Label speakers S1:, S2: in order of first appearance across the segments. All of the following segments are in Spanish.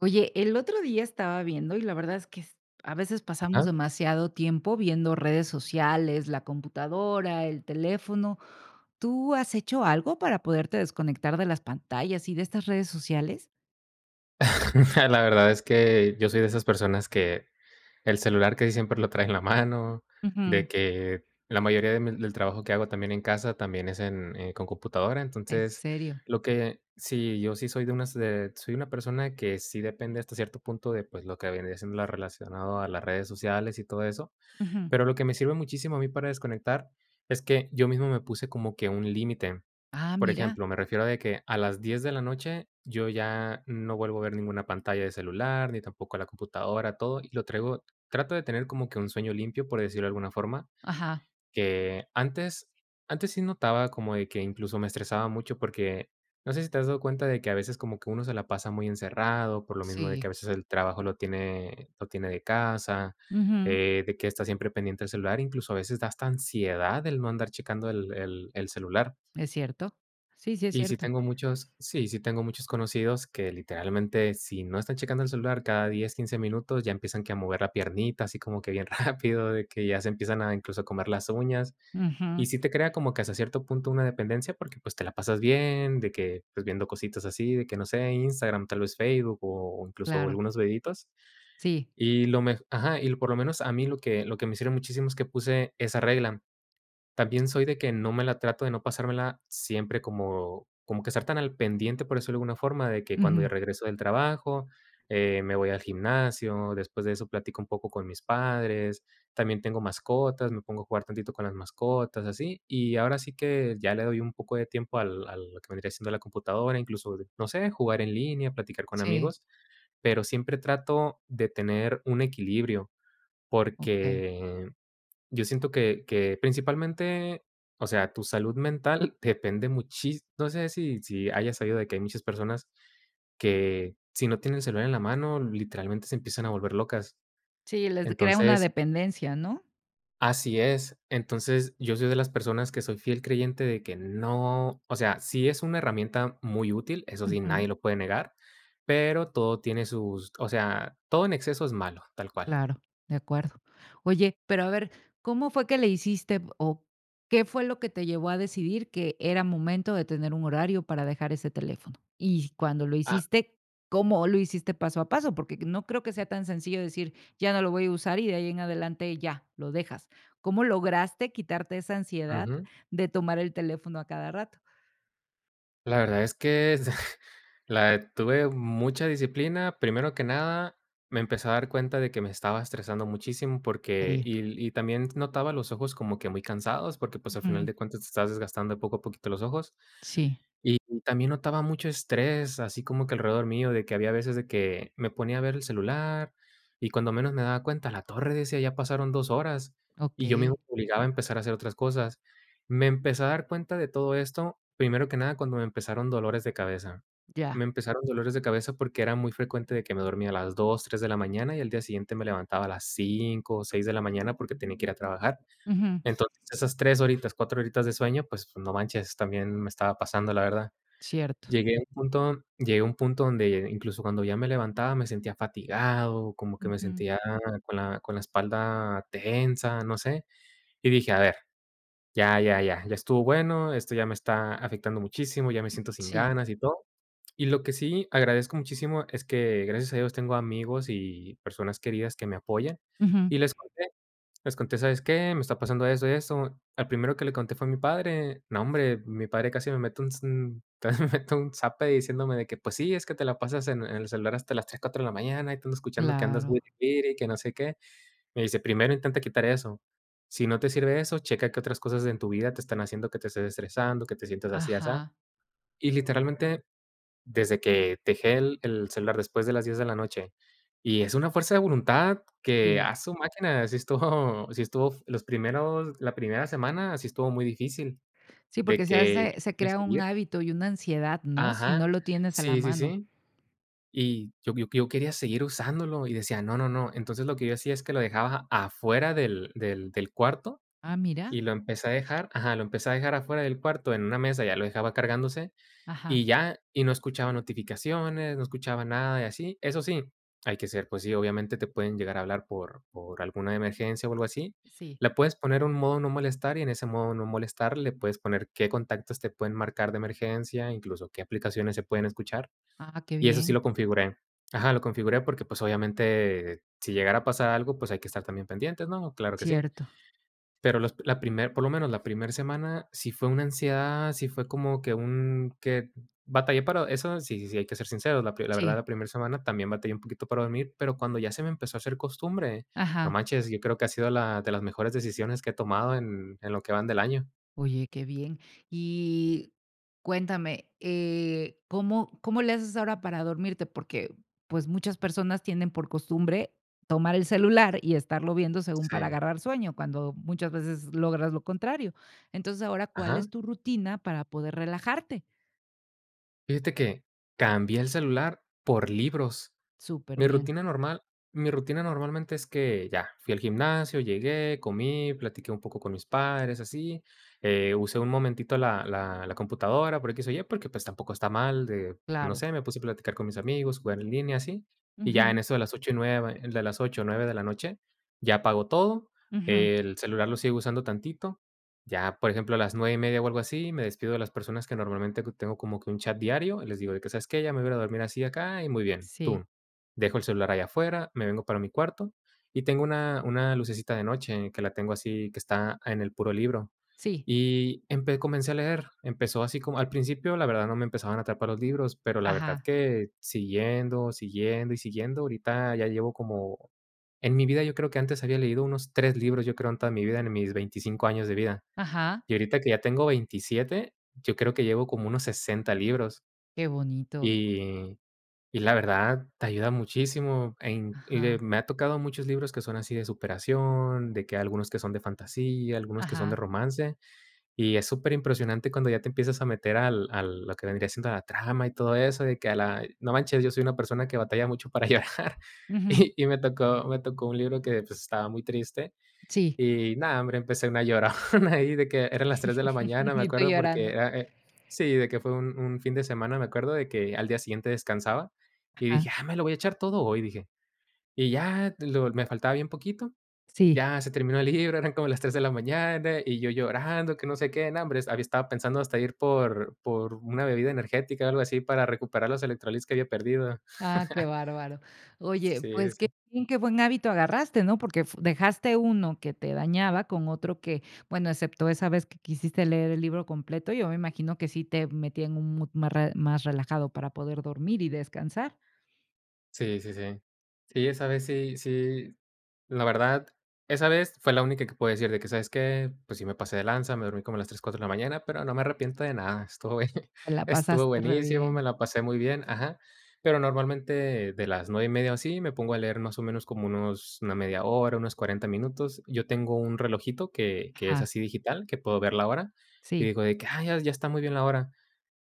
S1: Oye, el otro día estaba viendo y la verdad es que a veces pasamos
S2: Ajá.
S1: demasiado tiempo viendo redes sociales, la computadora, el teléfono. ¿Tú has hecho algo para poderte desconectar de las pantallas y de estas redes sociales?
S2: La verdad es que yo soy de esas personas que el celular que siempre lo trae en la mano,
S1: Ujú.
S2: de que la mayoría de mi del trabajo que hago también en casa también es con computadora.
S1: En
S2: Entonces,
S1: serio.
S2: lo que sí, yo sí soy una persona que sí depende hasta cierto punto de, pues, lo que viene siendo lo relacionado a las redes sociales y todo eso.
S1: Ujú.
S2: Pero lo que me sirve muchísimo a mí para desconectar es que yo mismo me puse como que un límite.
S1: Ah,
S2: Por
S1: mira.
S2: ejemplo, me refiero de que a las 10 de la noche yo ya no vuelvo a ver ninguna pantalla de celular, ni tampoco la computadora, todo, y lo traigo trato de tener como que un sueño limpio, por decirlo de alguna forma,
S1: Ajá.
S2: que antes sí notaba como de que incluso me estresaba mucho porque no sé si te has dado cuenta de que a veces como que uno se la pasa muy encerrado, por lo mismo de que
S1: Sí.
S2: a veces el trabajo lo tiene de casa,
S1: Ujú.
S2: de que está siempre pendiente el celular, incluso a veces da hasta ansiedad el no andar checando el celular.
S1: Es cierto. Sí, sí, es cierto.
S2: Sí, sí tengo muchos conocidos que literalmente, si no están checando el celular cada 10, 15 minutos, ya empiezan que a mover la piernita, así como que bien rápido, de que ya se empiezan a incluso a comer las uñas.
S1: Ujú.
S2: Y sí te crea como que hasta cierto punto una dependencia, porque, pues, te la pasas bien, de que, pues, viendo cositas así, de que, no sé, Instagram, tal vez Facebook o incluso
S1: Claro.
S2: algunos videitos.
S1: Sí.
S2: Y lo me Ajá, y por lo menos a mí lo que me sirve muchísimo es que puse esa regla. También soy de que no me la trato de no pasármela siempre como que estar tan al pendiente, por eso de alguna forma, de que cuando ya
S1: Ujú.
S2: regreso del trabajo, me voy al gimnasio, después de eso platico un poco con mis padres, también tengo mascotas, me pongo a jugar tantito con las mascotas, así, y ahora sí que ya le doy un poco de tiempo al a lo que vendría siendo la computadora, incluso, no sé, jugar en línea, platicar con
S1: Sí.
S2: amigos, pero siempre trato de tener un equilibrio,
S1: Ok.
S2: porque yo siento que principalmente, o sea, tu salud mental depende muchis no sé si hayas sabido de que hay muchas personas que si no tienen el celular en la mano, literalmente se empiezan a volver locas.
S1: Sí, les crea una
S2: Entonces
S1: dependencia, ¿no?
S2: así es. Entonces, yo soy de las personas que soy fiel creyente de que no, o sea, sí es una herramienta muy útil, eso sí, nadie lo puede negar, pero todo tiene sus o sea, todo en exceso es malo, tal cual.
S1: Claro, de acuerdo. Oye, pero a ver, ¿cómo fue que le hiciste o qué fue lo que te llevó a decidir que era momento de tener un horario para dejar ese teléfono? Y cuando lo
S2: Ah,
S1: hiciste, ¿cómo lo hiciste paso a paso? Porque no creo que sea tan sencillo decir, ya no lo voy a usar y de ahí en adelante ya lo dejas. ¿Cómo lograste quitarte esa ansiedad
S2: ujú.
S1: de tomar el teléfono a cada rato?
S2: La verdad es que la tuve mucha disciplina. Primero que nada, me empecé a dar cuenta de que me estaba estresando muchísimo porque
S1: Ahí.
S2: y también notaba los ojos como que muy cansados, porque, pues, al final
S1: Ujú.
S2: de cuentas te estás desgastando poco a poquito los ojos.
S1: Sí,
S2: Y también notaba mucho estrés, así como que alrededor mío, de que había veces de que me ponía a ver el celular y cuando menos me daba cuenta, la torre decía, ya pasaron 2 horas
S1: ok,
S2: y yo mismo me obligaba a empezar a hacer otras cosas. Me empecé a dar cuenta de todo esto, primero que nada, cuando me empezaron dolores de cabeza.
S1: ya.
S2: Me empezaron dolores de cabeza porque era muy frecuente de que me dormía a las 2 3 de la mañana y al día siguiente me levantaba a las 5 o 6 de la mañana porque tenía que ir a trabajar.
S1: Ujú.
S2: Entonces, esas 3 horitas, 4 horitas de sueño, pues, no manches, también me estaba pasando, la verdad.
S1: Cierto.
S2: Llegué a un punto donde incluso cuando ya me levantaba me sentía fatigado, como que me
S1: Ujú.
S2: sentía con la espalda tensa, no sé. Y dije: "A ver, ya, ya, ya, ya estuvo bueno, esto ya me está afectando muchísimo, ya me siento sin
S1: Sí.
S2: ganas y todo". Y lo que sí agradezco muchísimo es que, gracias a Dios, tengo amigos y personas queridas que me apoyan,
S1: Ujú.
S2: y les conté, ¿sabes qué? Me está pasando esto y esto. Al primero que le conté fue a mi padre. No, hombre, mi padre casi me mete un, s- un- casi me mete un zape diciéndome de que, pues sí, es que te la pasas en el celular hasta las 3, 4 de la mañana y te ando escuchando que andas
S1: Claro.
S2: wiri wiri, que no sé qué. Me dice, primero intenta quitar eso. Si no te sirve eso, checa qué otras cosas en tu vida te están haciendo que te estés estresando, que te sientas así, así.
S1: Ajá,
S2: Y literalmente desde que dejé el celular después de las 10 de la noche, y es una fuerza de voluntad que
S1: sí.
S2: a su máquina, sí estuvo los primeros la primera semana sí estuvo muy difícil,
S1: Sí,
S2: de
S1: porque
S2: que yo
S1: se
S2: quería
S1: crea un
S2: seguir
S1: hábito y una ansiedad, ¿no? Si no
S2: ajá,
S1: lo tienes a la
S2: sí, sí,
S1: mano.
S2: sí, y yo quería seguir usándolo y decía: "No, no, no", entonces lo que yo hacía es que lo dejaba afuera del cuarto
S1: Ah, mira.
S2: y lo empecé a dejar ajá, lo empecé a dejar afuera del cuarto en una mesa, ya lo dejaba cargándose
S1: Ajá,
S2: y ya, y no escuchaba notificaciones, no escuchaba nada y así. Eso sí, hay que ser, pues sí, obviamente te pueden llegar a hablar por alguna emergencia o algo así.
S1: sí.
S2: Le puedes poner un modo no molestar y en ese modo no molestar le puedes poner qué contactos te pueden marcar de emergencia, incluso qué aplicaciones se pueden escuchar.
S1: Ah, qué
S2: Y eso sí
S1: bien.
S2: lo configuré. Ajá, lo configuré porque, pues, obviamente, si llegara a pasar algo, pues, hay que estar también pendientes, ¿no? Claro que sí.
S1: Cierto.
S2: Pero los la primer por lo menos la primera semana sí fue una ansiedad, sí fue como que un que batallé para eso sí, sí, sí, hay que ser sinceros, la verdad,
S1: Sí.
S2: la primera semana también batallé un poquito para dormir, pero cuando ya se me empezó a hacer costumbre, no
S1: Ajá.
S2: manches, yo creo que ha sido la de las mejores decisiones que he tomado en lo que van del año.
S1: Oye, qué bien. Y cuéntame, ¿cómo le haces ahora para dormirte? Porque, pues, muchas personas tienen por costumbre tomar el celular y estarlo viendo según para
S2: Sí.
S1: agarrar sueño, cuando muchas veces logras lo contrario. Entonces, ahora, ¿cuál
S2: Ajá.
S1: es tu rutina para poder relajarte?
S2: Fíjate que cambié el celular por libros.
S1: Súper
S2: Mi
S1: bien.
S2: rutina normal Mi rutina normalmente es que ya, fui al gimnasio, llegué, comí, platiqué un poco con mis padres, así, usé un momentito la computadora por equis o y, porque, pues, tampoco está mal de, no
S1: Claro.
S2: sé, me puse a platicar con mis amigos, jugar en línea, así, y ya en
S1: Ujú,
S2: eso de las 8 y 9 de las 8 o 9 de la noche, ya apago todo,
S1: ujú.
S2: el celular lo sigo usando tantito, ya, por ejemplo, a las 9:30 o algo así, me despido de las personas que normalmente tengo como que un chat diario, y les digo de que: "¿Sabes qué? Ya me voy a ir a dormir así acá y muy bien",
S1: Sí,
S2: tú dejo el celular allá afuera, me vengo para mi cuarto y tengo una lucecita de noche que la tengo así, que está en el puro libro.
S1: sí,
S2: Y empe Comencé a leer, empezó así como al principio, la verdad, no me empezaban a atrapar los libros, pero la verdad
S1: ajá,
S2: que siguiendo, siguiendo y siguiendo, ahorita ya llevo como, en mi vida yo creo que antes había leído unos 3 libros, yo creo, en toda mi vida, en mis 25 años de vida.
S1: ajá,
S2: Y ahorita que ya tengo 27 yo creo que llevo como unos 60 libros.
S1: qué bonito.
S2: Y y la verdad, te ayuda muchísimo en y de
S1: Ajá,
S2: Me ha tocado muchos libros que son así de superación, de que algunos que son de fantasía, algunos que son de
S1: ajá,
S2: romance, y es súper impresionante cuando ya te empiezas a meter al lo que vendría siendo la trama y todo eso, de que a la no manches, yo soy una persona que batalla mucho para llorar,
S1: ujú,
S2: y me tocó un libro que, pues, estaba muy triste,
S1: sí.
S2: y nada, hombre, empecé una llorona ahí de que eran las 3 de la mañana, me
S1: Y tú
S2: acuerdo, porque
S1: llorando.
S2: era, sí, de que fue un fin de semana, me acuerdo de que al día siguiente descansaba, y
S1: Ajá,
S2: dije: "Ah, me lo voy a echar todo hoy", dije. Y ya lo me faltaba bien poquito,
S1: sí.
S2: ya se terminó el libro, eran como las 3 de la mañana, y yo llorando, que no sé qué, no, hombre, es- había estaba pensando hasta ir por una bebida energética o algo así para recuperar los electrolitos que había perdido.
S1: Ah, qué bárbaro. Oye,
S2: Sí, sí,
S1: pues qué
S2: sí.
S1: bien, qué buen hábito agarraste, ¿no? Porque f dejaste uno que te dañaba con otro que, bueno, excepto esa vez que quisiste leer el libro completo, yo me imagino que sí te metía en un mood más re más relajado para poder dormir y descansar.
S2: Sí, sí, sí. Sí, esa vez sí, sí. La verdad, esa vez fue la única que puedo decir de que, ¿sabes qué? Pues sí me pasé de lanza, me dormí como a las 3 4 de la mañana, pero no me arrepiento de nada. Estuvo bue
S1: Te la
S2: estuvo
S1: pasaste re
S2: buenísimo, me
S1: bien.
S2: la pasé muy bien, ajá. Pero normalmente de las 9:30 o así, me pongo a leer más o menos como unos una media hora, unos 40 minutos. Yo tengo un relojito que es
S1: Ajá,
S2: así digital, que puedo ver la hora, y
S1: sí.
S2: digo de que: "Ah, ya está muy bien la hora".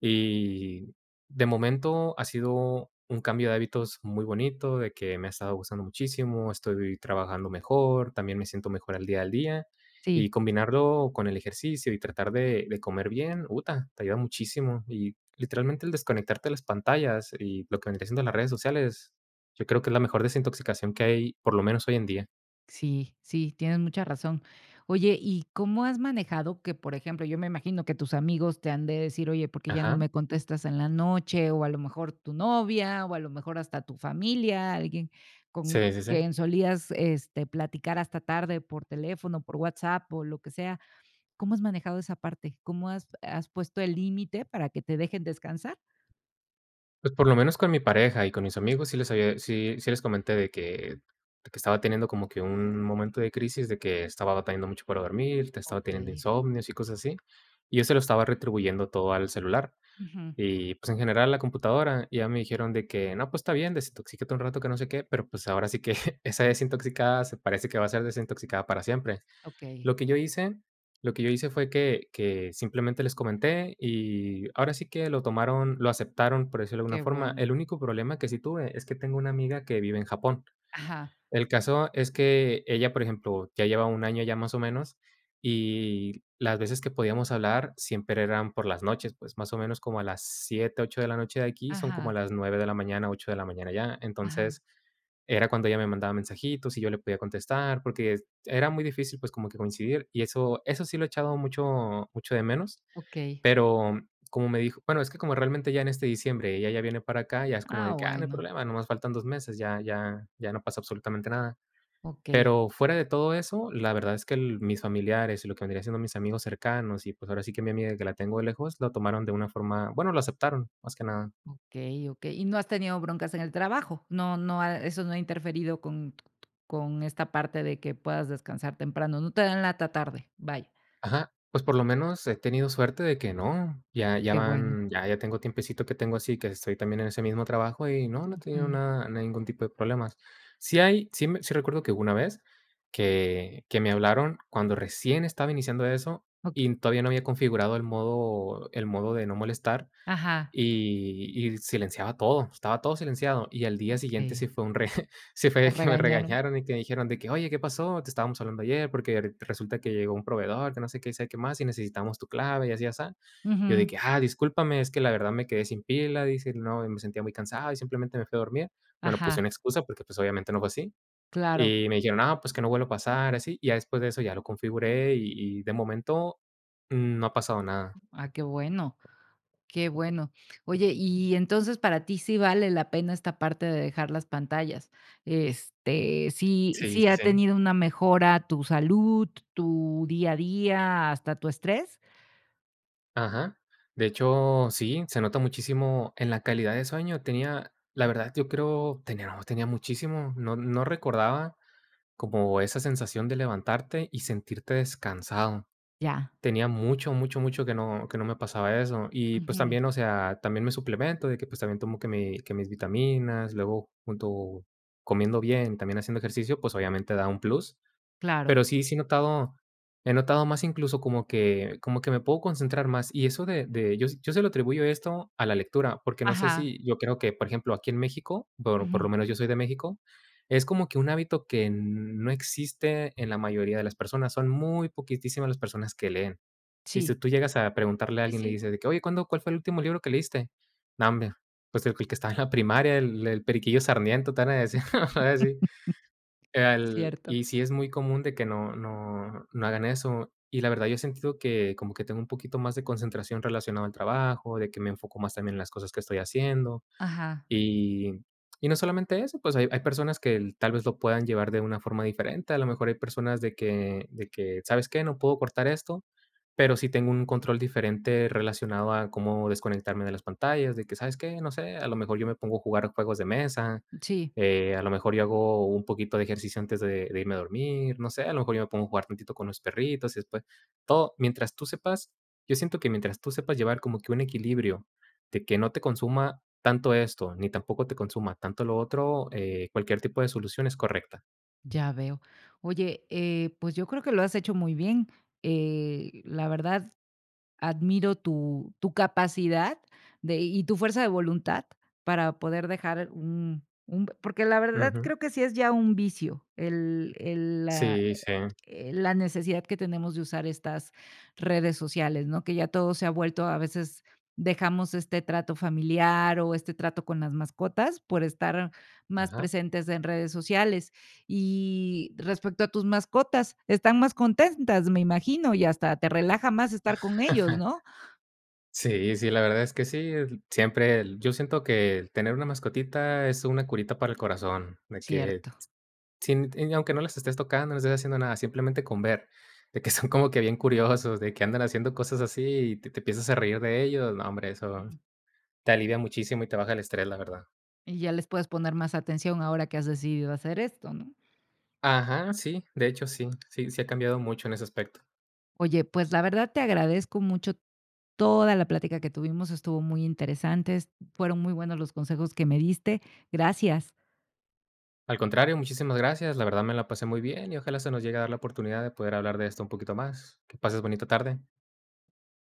S2: Y de momento ha sido un cambio de hábitos muy bonito, de que me ha estado gustando muchísimo, estoy trabajando mejor, también me siento mejor al día al día. Y
S1: Sí,
S2: combinarlo con el ejercicio y tratar de comer bien, uta, te ayuda muchísimo. Y literalmente el desconectarte de las pantallas y lo que vendría siendo las redes sociales, yo creo que es la mejor desintoxicación que hay, por lo menos hoy en día.
S1: sí, sí, tienes mucha razón. Oye, ¿y cómo has manejado que, por ejemplo, yo me imagino que tus amigos te han de decir, oye, ¿por qué ya no
S2: Ajá.
S1: me contestas en la noche? O a lo mejor tu novia, o a lo mejor hasta tu familia, alguien con
S2: Sí, sí, sí.
S1: quien solías platicar hasta tarde por teléfono, por WhatsApp o lo que sea. ¿Cómo has manejado esa parte? ¿Cómo has puesto el límite para que te dejen descansar?
S2: Pues, por lo menos con mi pareja y con mis amigos sí, sí les comenté de que estaba teniendo como que un momento de crisis, de que estaba batallando mucho para dormir, te estaba
S1: Ok,
S2: teniendo insomnios y cosas así, y yo se lo estaba retribuyendo todo al celular,
S1: ujú,
S2: y, pues, en general a la computadora, y ya me dijeron de que: "No, pues, está bien, desintoxícate un rato, que no sé qué", pero, pues, ahora sí que esa desintoxicada se parece que va a ser desintoxicada para siempre.
S1: ok,
S2: Lo que yo hice lo que yo hice fue que simplemente les comenté, y ahora sí que lo tomaron lo aceptaron, por decirlo de alguna
S1: qué
S2: forma.
S1: bueno.
S2: El único problema que sí tuve es que tengo una amiga que vive en Japón.
S1: Ajá,
S2: El caso es que ella, por ejemplo, ya lleva un año ya más o menos, y las veces que podíamos hablar siempre eran por las noches, pues más o menos como a las 7, 8 de la noche de aquí, son como a
S1: ajá,
S2: las 9 de la mañana, 8 de la mañana allá. Entonces,
S1: ajá,
S2: era cuando ella me mandaba mensajitos y yo le podía contestar, porque es- era muy difícil, pues como que coincidir, y eso sí lo he echado mucho mucho de menos,
S1: ok.
S2: pero como me dijo bueno, es que como realmente ya en este diciembre ella ya viene para acá, ya es como
S1: Ah,
S2: de que: "Ah, no hay
S1: bueno,
S2: problema, nomás faltan 2 meses, ya no pasa absolutamente nada".
S1: okey,
S2: Pero fuera de todo eso, la verdad es que el mis familiares y lo que vendría siendo mis amigos cercanos y, pues, ahora sí que mi amiga que la tengo de lejos, lo tomaron de una forma bueno, lo aceptaron, más que nada.
S1: okey, okey. ¿Y no has tenido broncas en el trabajo? No no ha eso no ha interferido con esta parte de que puedas descansar temprano, no te dan lata tarde, vaya.
S2: Ajá, pues, por lo menos he tenido suerte de que no, ya
S1: Ah,
S2: ya
S1: qué bueno.
S2: van ya ya tengo tiempecito que tengo así, que estoy también en ese mismo trabajo y no, no he tenido
S1: Ujú,
S2: nada ningún tipo de problemas. Sí hay sí me sí recuerdo que hubo una vez que me hablaron cuando recién estaba iniciando eso
S1: ok,
S2: y todavía no había configurado el modo de no molestar,
S1: ajá.
S2: y silenciaba todo, estaba todo silenciado. Y al día siguiente
S1: Okey.
S2: sí fue un re sí
S1: Te
S2: fue que me
S1: regañaron.
S2: regañaron y que dijeron de que: "Oye, ¿qué pasó? Te estábamos hablando ayer porque re resulta que llegó un proveedor, que no sé qué y sabe qué más, y necesitamos tu clave y así, así. Yo de
S1: Ujú.
S2: que: 'Ah, discúlpame, es que la verdad me quedé sin pila'", dice, "no, me sentía muy cansado y simplemente me fui a dormir". Bueno,
S1: Ajá,
S2: puse una excusa porque, pues, obviamente no fue así.
S1: claro.
S2: Y me dijeron: "Ah, pues que no vuelva a pasar", así. Y ya después de eso ya lo configuré y de momento, no ha pasado nada.
S1: Ah, qué bueno. Qué bueno. Oye, y entonces para ti sí vale la pena esta parte de dejar las pantallas. Sí,
S2: Sí,
S1: sí
S2: sí,
S1: ha
S2: sí.
S1: tenido una mejora tu salud, tu día a día, hasta tu estrés.
S2: Ajá. De hecho, sí, se nota muchísimo en la calidad de sueño. Tenía, la verdad, yo creo, tenía, no, tenía muchísimo. No, no recordaba como esa sensación de levantarte y sentirte descansado.
S1: Ya.
S2: Tenía mucho, mucho, mucho que no me pasaba eso. Y pues
S1: Ujú.
S2: también, o sea, también me suplemento de que pues también tomo que, que mis vitaminas, luego junto comiendo bien, también haciendo ejercicio, pues obviamente da un plus.
S1: Claro.
S2: Pero sí, sí he notado más, incluso como que me puedo concentrar más. Y eso de yo se lo atribuyo esto a la lectura, porque no sé,
S1: Ajá.
S2: si yo creo que, por ejemplo, aquí en México, por
S1: Ujú.
S2: lo menos yo soy de México, es como que un hábito que no existe en la mayoría de las personas. Son muy poquitísimas las personas que leen. Y si
S1: Sí.
S2: tú llegas a preguntarle a
S1: Sí,
S2: alguien, le
S1: sí.
S2: dices de que: "Oye, ¿cuándo cuál fue el último libro que leíste?". No, hombre, pues el que estaba en la primaria, el Periquillo Sarniento, te van a decir, así. Al
S1: Cierto.
S2: y sí es muy común de que no hagan eso. Y la verdad, yo he sentido que como que tengo un poquito más de concentración relacionado al trabajo, de que me enfoco más también en las cosas que estoy haciendo.
S1: Ajá.
S2: Y y no solamente eso, pues, hay personas que el tal vez lo puedan llevar de una forma diferente, a lo mejor hay personas de que: "¿Sabes qué? No puedo cortar esto, pero sí tengo un control diferente relacionado a cómo desconectarme de las pantallas", de que: "¿Sabes qué? No sé, a lo mejor yo me pongo a jugar juegos de mesa,
S1: Sí,
S2: a lo mejor yo hago un poquito de ejercicio antes de irme a dormir, no sé, a lo mejor yo me pongo a jugar tantito con los perritos", y después todo mientras tú sepas yo siento que mientras tú sepas llevar como que un equilibrio de que no te consuma tanto esto, ni tampoco te consuma tanto lo otro, cualquier tipo de solución es correcta.
S1: ya veo. Oye, pues yo creo que lo has hecho muy bien. La verdad admiro tu capacidad y tu fuerza de voluntad para poder dejar porque la verdad
S2: Ujú.
S1: creo que sí es ya un vicio
S2: Sí, sí.
S1: la necesidad que tenemos de usar estas redes sociales, ¿no? Que ya todo se ha vuelto, a veces dejamos este trato familiar o este trato con las mascotas por estar más
S2: Ajá.
S1: presentes en redes sociales. Y respecto a tus mascotas, están más contentas, me imagino, y hasta te relaja más estar con ellos, ¿no?
S2: Sí, sí, la verdad es que sí, siempre el yo siento que el tener una mascotita es una curita para el corazón, de que
S1: Cierto.
S2: sin y aunque no las estés tocando, no les estés haciendo nada, simplemente con ver, de que son como que bien curiosos, de que andan haciendo cosas así y te empiezas a reír de ellos. No, hombre, eso
S1: Mm.
S2: te alivia muchísimo y te baja el estrés, la verdad.
S1: Y ya les puedes poner más atención ahora que has decidido hacer esto, ¿no?
S2: Ajá, sí, de hecho sí, sí, sí ha cambiado mucho en ese aspecto.
S1: Oye, pues la verdad te agradezco mucho toda la plática que tuvimos, estuvo muy interesante, fueron muy buenos los consejos que me diste. Gracias.
S2: Al contrario, muchísimas gracias, la verdad me la pasé muy bien y ojalá se nos llegue a dar la oportunidad de poder hablar de esto un poquito más. Que pases bonita tarde.